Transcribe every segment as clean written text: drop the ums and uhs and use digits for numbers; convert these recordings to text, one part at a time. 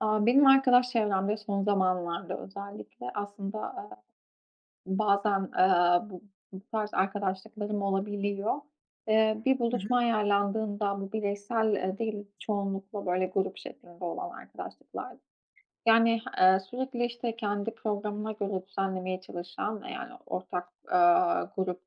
Benim arkadaş çevremde son zamanlarda özellikle aslında, bazen, bu tarz arkadaşlıklarım olabiliyor. Bir Hı buluşma hı. ayarlandığında bu bireysel, değil çoğunlukla böyle grup şeklinde olan arkadaşlıklar yani, sürekli, işte, kendi programına göre düzenlemeye çalışan, yani, ortak, grup,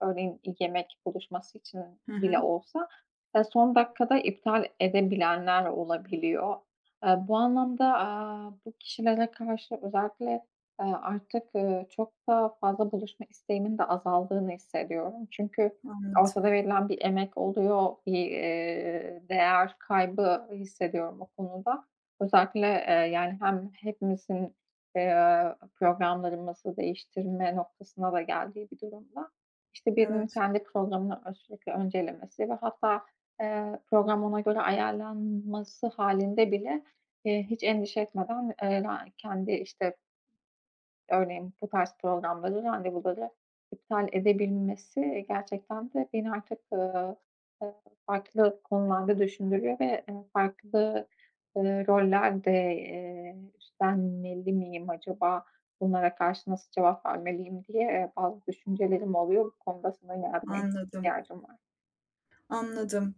örneğin yemek buluşması için Hı hı. bile olsa, son dakikada iptal edebilenler olabiliyor. Bu anlamda, bu kişilere karşı özellikle, artık, çok da fazla buluşma isteğimin de azaldığını hissediyorum. Çünkü Anladım. ortada verilen bir emek oluyor, bir, değer kaybı hissediyorum o konuda. Özellikle, yani, hem hepimizin, e, programların nasıl değiştirme noktasına da geldiği bir durumda, işte, birinin Evet, kendi programını sürekli öncelemesi ve hatta, program ona göre ayarlanması halinde bile, hiç endişe etmeden, kendi, işte, örneğin bu tarz programları, randevuları iptal edebilmesi gerçekten de beni artık, eee, farklı konularda düşündürüyor ve, farklı, roller de, üstlenmeli miyim acaba? Bunlara karşı nasıl cevap vermeliyim diye, bazı düşüncelerim oluyor. Bu konuda sana yardıma anladım, ihtiyacım var. anladım.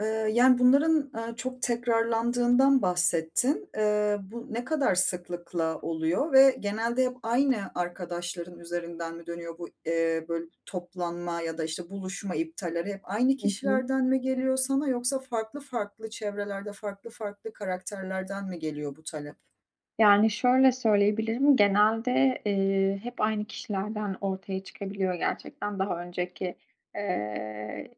Eee, Yani bunların, çok tekrarlandığından bahsettin. Bu ne kadar sıklıkla oluyor ve genelde hep aynı arkadaşların üzerinden mi dönüyor bu, böyle toplanma ya da, işte, buluşma iptalleri hep aynı Hı hı. kişilerden mi geliyor sana yoksa farklı farklı çevrelerde farklı farklı karakterlerden mi geliyor bu talep? Yani, şöyle söyleyebilirim, genelde, hep aynı kişilerden ortaya çıkabiliyor gerçekten. Daha önceki, eee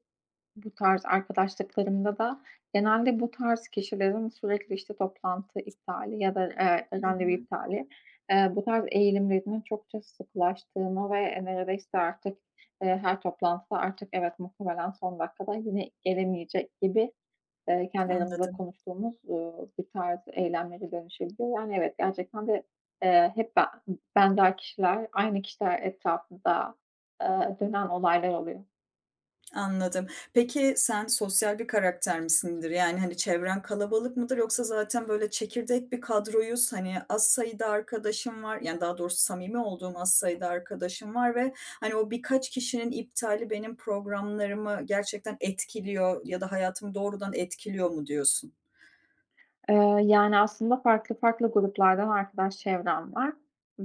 bu tarz arkadaşlıklarımda da genelde bu tarz kişilerin sürekli, işte, toplantı iptali ya da, Hı randevu hı. iptali, bu tarz eğilimlerinin çokça sıklaştığını ve neredeyse artık, her toplantıda artık evet, muhtemelen son dakikada yine gelemeyecek gibi, kendi aramızda Anladım. konuştuğumuz, bir tarz eylemlere dönüşebiliyor. Yani evet, gerçekten de, hep ben benzer kişiler, aynı kişiler etrafında, dönen olaylar oluyor. Anladım. Peki sen sosyal bir karakter misindir? Yani, hani, çevren kalabalık mıdır yoksa zaten böyle çekirdek bir kadroyuz, hani, az sayıda arkadaşım var, yani, daha doğrusu samimi olduğum az sayıda arkadaşım var ve, hani, o birkaç kişinin iptali benim programlarımı gerçekten etkiliyor ya da hayatımı doğrudan etkiliyor mu diyorsun? Yani, aslında farklı farklı gruplardan arkadaş çevrem var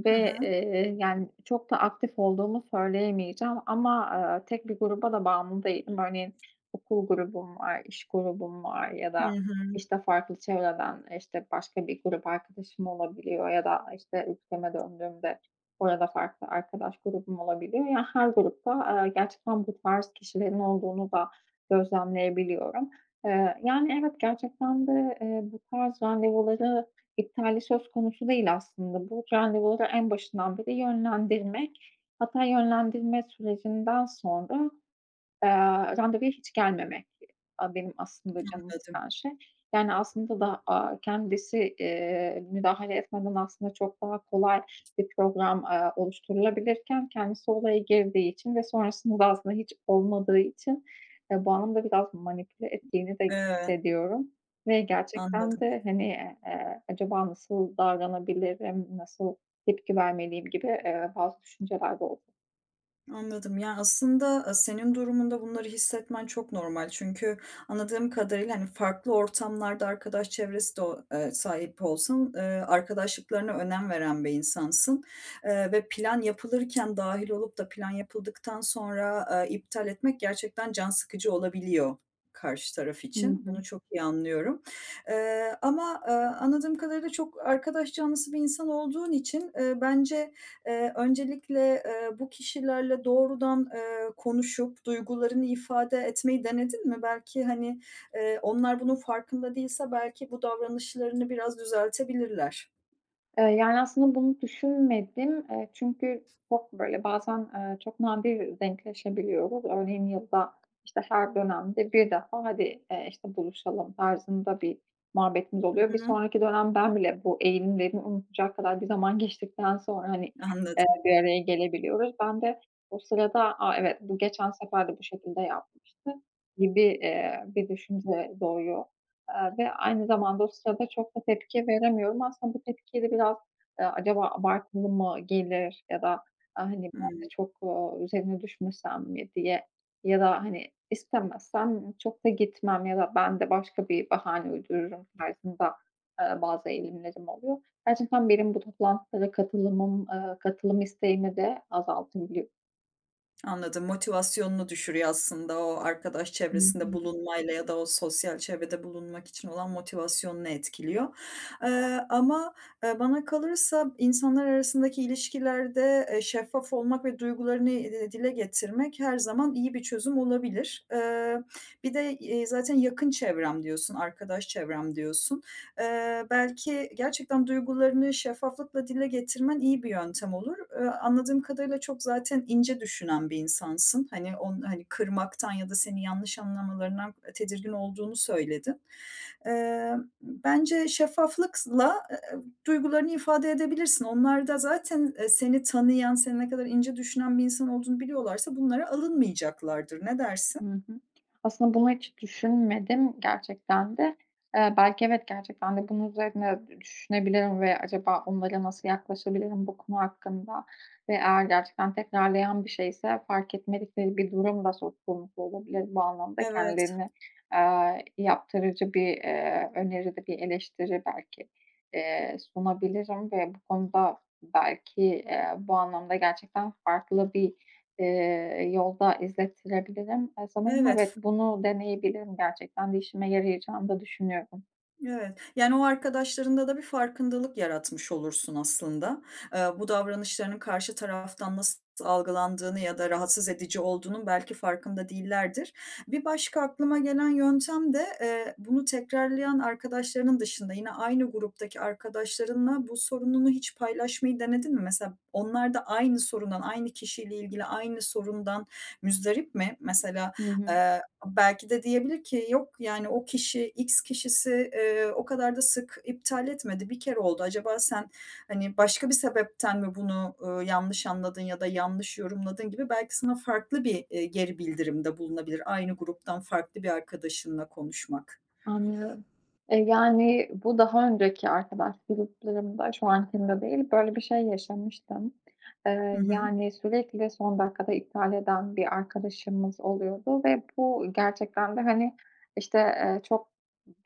Hı hı. Yani, çok da aktif olduğumu söyleyemeyeceğim ama, tek bir gruba da bağımlı değilim. Örneğin okul grubum var, iş grubum var ya Hı da, hı. işte, farklı çevreden, işte, başka bir grup arkadaşım olabiliyor ya da, işte, ülkeme döndüğümde orada farklı arkadaş grubum olabiliyor. Yani her grupta, gerçekten bu tarz kişilerin olduğunu da gözlemleyebiliyorum. Yani, evet, gerçekten de, bu tarz randevuları iptali söz konusu değil aslında. Bu randevuları en başından beri yönlendirmek, hatta yönlendirme sürecinden sonra Eee, randevuya hiç gelmemek, benim aslında canımı Anladım. sıkan şey. Yani, aslında da, kendisi, müdahale etmeden aslında çok daha kolay bir program, oluşturulabilirken kendisi olaya girdiği için ve sonrasında aslında hiç olmadığı için, bu anlamda biraz manipüle ettiğini de Evet, hissediyorum ve gerçekten anladım. de, hani, acaba nasıl davranabilirim, nasıl tepki vermeliyim gibi, bazı düşünceler de oldu. Anladım. Ya, aslında, senin durumunda bunları hissetmen çok normal. Çünkü anladığım kadarıyla, hani, farklı ortamlarda arkadaş çevresi de o sahip olsan, arkadaşlıklarına önem veren bir insansın, ve plan yapılırken dahil olup da plan yapıldıktan sonra, iptal etmek gerçekten can sıkıcı olabiliyor karşı taraf Hı için. hı. Bunu çok iyi anlıyorum. Ama anladığım kadarıyla çok arkadaş canlısı bir insan olduğun için, bence, öncelikle, bu kişilerle doğrudan, konuşup duygularını ifade etmeyi denedin mi? Belki, hani, onlar bunun farkında değilse belki bu davranışlarını biraz düzeltebilirler. Yani, aslında bunu düşünmedim. Çünkü çok, böyle, bazen, çok nadir denkleşebiliyoruz. Örneğin yılda, işte, her dönemde bir defa, "Hadi, işte, buluşalım." tarzında bir muhabbetimiz Hı oluyor. Bir hı. sonraki dönem ben bile bu eğilimlerimi unutacak kadar bir zaman geçtikten sonra, hani, Anladım. bir araya gelebiliyoruz. Ben de o sırada, "A, evet, bu geçen sefer de bu şekilde yapmıştı." gibi, bir düşünce doğuyor. Ve aynı zamanda o sırada çok da tepki veremiyorum. Aslında bu tepkiyi de biraz, acaba abartılı mı gelir ya da, hani, ben de Hıı. çok, üzerine düşmesem mi diye ya da, hani, istemezsem çok da gitmem ya da ben de başka bir bahane uydururum tarzında, bazı eğilimlerim oluyor. Gerçekten benim bu toplantılara katılımım, katılım isteğimi de azaltabiliyor. Anladım, motivasyonunu düşürüyor aslında o arkadaş çevresinde Hı. bulunmayla ya da o sosyal çevrede bulunmak için olan motivasyonunu etkiliyor. Ama bana kalırsa insanlar arasındaki ilişkilerde, şeffaf olmak ve duygularını, dile getirmek her zaman iyi bir çözüm olabilir. Bir de, zaten yakın çevrem diyorsun, arkadaş çevrem diyorsun. Belki gerçekten duygularını şeffaflıkla dile getirmen iyi bir yöntem olur. Anladığım kadarıyla çok zaten ince düşünen bir insansın. Hani, hani, kırmaktan ya da seni yanlış anlamalarından tedirgin olduğunu söyledin. Eee, Bence şeffaflıkla, duygularını ifade edebilirsin. Onlar da zaten, seni tanıyan, senin ne kadar ince düşünen bir insan olduğunu biliyorlarsa bunlara alınmayacaklardır. Ne dersin? Hı hı. Aslında bunu hiç düşünmedim gerçekten de. Belki evet, gerçekten de bunun üzerine düşünebilirim ve acaba onlara nasıl yaklaşabilirim bu konu hakkında ve eğer gerçekten tekrarlayan bir şeyse fark etmedikleri bir durum da söz konusu olabilir. Bu anlamda Evet, kendilerini yaptırıcı bir, öneri de bir eleştiri belki, sunabilirim ve bu konuda belki, bu anlamda gerçekten farklı bir, yolda izlettirebilirim. Sanırım evet. evet, bunu deneyebilirim gerçekten de işime yarayacağını da düşünüyorum. Evet, yani, o arkadaşlarında da bir farkındalık yaratmış olursun aslında. Bu davranışlarının karşı taraftan nasıl algılandığını ya da rahatsız edici olduğunun belki farkında değillerdir. Bir başka aklıma gelen yöntem de, bunu tekrarlayan arkadaşlarının dışında yine aynı gruptaki arkadaşlarınla bu sorununu hiç paylaşmayı denedin mi? Mesela onlar da aynı sorundan, aynı kişiyle ilgili aynı sorundan müzdarip mi? Mesela, Hı hı. eee belki de diyebilir ki yok, yani, o kişi, X kişisi, o kadar da sık iptal etmedi, bir kere oldu. Acaba sen, hani, başka bir sebepten mi bunu, yanlış anladın ya da yanlış yorumladın gibi belki sana farklı bir, geri bildirimde bulunabilir. Aynı gruptan farklı bir arkadaşınla konuşmak. Anlıyorum. Yani, bu daha önceki arkadaş gruplarımda, şu ankinde değil, böyle bir şey yaşamıştım. Hı hı. Yani, sürekli son dakikada iptal eden bir arkadaşımız oluyordu ve bu gerçekten de, hani, işte, çok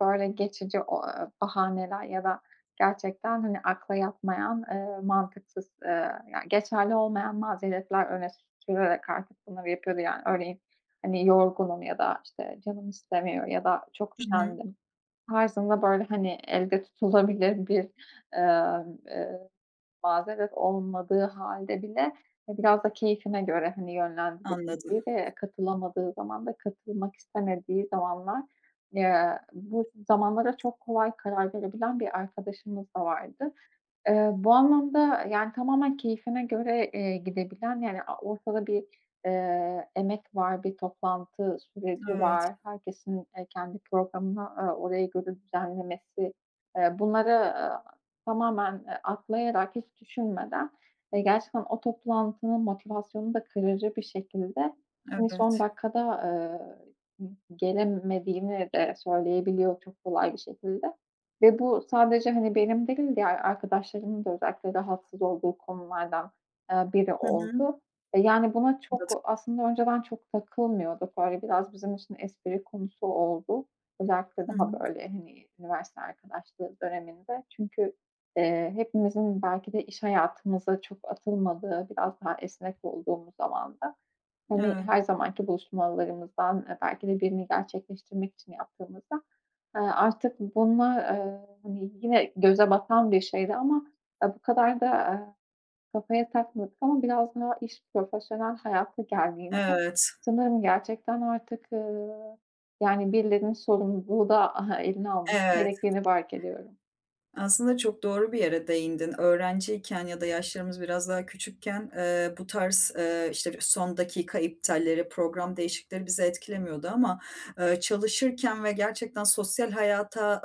böyle geçici o bahaneler ya da gerçekten, hani, akla yatmayan, mantıksız, ya, geçerli olmayan mazeretler öne sürerek artık bunları yapıyordu. Yani, örneğin hani, yorgunum ya da, işte, canım istemiyor ya da çok Hı hı. üşendim tarzında, böyle, hani, elde tutulabilir bir, emm, eee, mazeret olmadığı hâlde bile, biraz da keyfine göre, hani, Anladım. yönlendirebildiği ve katılamadığı zaman da katılmak istemediği zamanlar, bu zamanlara çok kolay karar verebilen bir arkadaşımız da vardı. Bu anlamda, yani, tamamen keyfine göre, gidebilen, yani, ortada bir, emek var, bir toplantı süreci Evet, var. Herkesin, kendi programını, oraya göre düzenlemesi, bunları, tamamen, atlayarak, hiç düşünmeden, gerçekten o toplantının motivasyonunu da kırıcı bir şekilde, hani, son evet. dakikada, eee, gelemediğini de söyleyebiliyor çok kolay bir şekilde. Ve bu sadece, hani, benim değil, diğer arkadaşlarımın da özellikle rahatsız olduğu konulardan, biri Hı hı. oldu. Yani, buna Anladım. çok aslında önceden çok takılmıyorduk. Böyle biraz bizim için espri konusu oldu. Özellikle Hı daha, hı. böyle, hani, üniversite arkadaşlığı döneminde. Çünkü, hepimizin belki de iş hayatımıza çok atılmadığı, biraz daha esnek olduğumuz zamanda hani, Evet. her zamanki buluşmalarımızdan, belki de birini gerçekleştirmek için yaptığımızda, artık bunlar hani, yine göze batan bir şeydi ama, bu kadar da, kafaya takmadık ama biraz daha iş profesyonel hayata geldiğinde Evet, sanırım gerçekten artık, yani, birilerinin sorumluluğu da eline alması evet. gerektiğini fark ediyorum. Aslında çok doğru bir yere değindin. Öğrenciyken ya da yaşlarımız biraz daha küçükken, bu tarz, işte, son dakika iptalleri, program değişikleri bizi etkilemiyordu ama, çalışırken ve gerçekten sosyal hayata,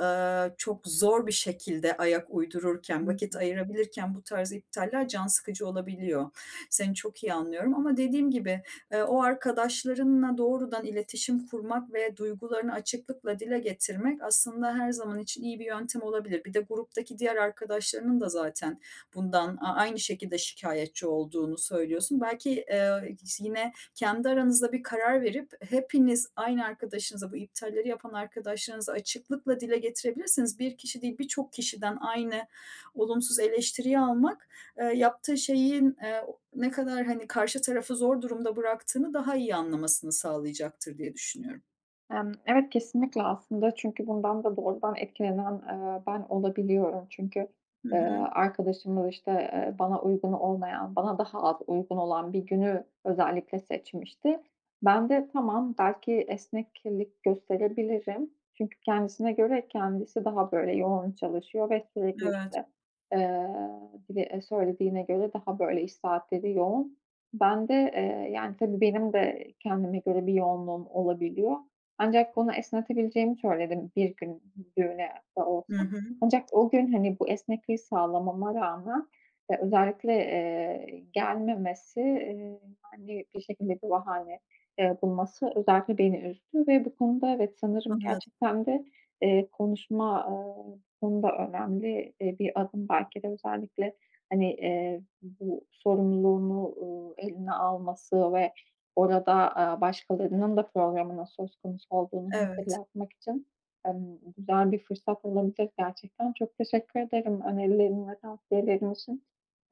çok zor bir şekilde ayak uydururken, Hı vakit hı. ayırabilirken bu tarz iptaller can sıkıcı olabiliyor. Seni çok iyi anlıyorum ama dediğim gibi, o arkadaşlarınla doğrudan iletişim kurmak ve duygularını açıklıkla dile getirmek aslında her zaman için iyi bir yöntem olabilir. Bir de gruptaki diğer arkadaşlarının da zaten bundan aynı şekilde şikayetçi olduğunu söylüyorsun. Belki, yine kendi aranızda bir karar verip hepiniz aynı arkadaşınıza, bu iptalleri yapan arkadaşlarınıza açıklıkla dile getirebilirsiniz. Bir kişi değil birçok kişiden aynı olumsuz eleştiriyi almak, yaptığı şeyin, ne kadar, hani, karşı tarafı zor durumda bıraktığını daha iyi anlamasını sağlayacaktır diye düşünüyorum. Evet, kesinlikle aslında çünkü bundan da doğrudan etkilenen, ben olabiliyorum. Çünkü, Hı eee, hı. arkadaşımız, işte, bana uygun olmayan, bana daha az uygun olan bir günü özellikle seçmişti. Ben de tamam, belki esneklik gösterebilirim. Çünkü kendisine göre kendisi daha böyle yoğun çalışıyor ve sürekli, Evet. işte, eee, dile söylediğine göre daha böyle iş saatleri yoğun. Ben de, yani, tabii benim de kendime göre bir yoğunluğum olabiliyor. Ancak bunu esnetebileceğimi söyledi bir gün düğüne de Hı olsa. hı. Ancak o gün, hani, bu esnekliği sağlamama rağmen, özellikle, gelmemesi, yani, bir şekilde bir bahane, bulması özellikle beni üzdü ve bu konuda evet, sanırım Anladım. gerçekten de, konuşma, konuda önemli, bir adım. Belki de özellikle, hani, bu sorumluluğunu, eline alması ve orada, başkalarının da programının söz konusu olduğunu Evet. hatırlatmak için, güzel bir fırsat olabilir gerçekten. Çok teşekkür ederim önerilerin ve tavsiyelerin için.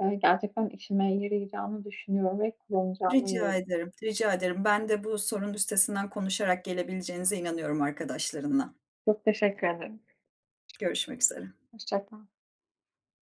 Gerçekten işime yarayacağını düşünüyorum ve kullanacağıma Rica eminim. ederim, rica ederim. Ben de bu sorunun üstesinden konuşarak gelebileceğinize inanıyorum arkadaşlarınla. Çok teşekkür ederim. Görüşmek üzere. Hoşça kal.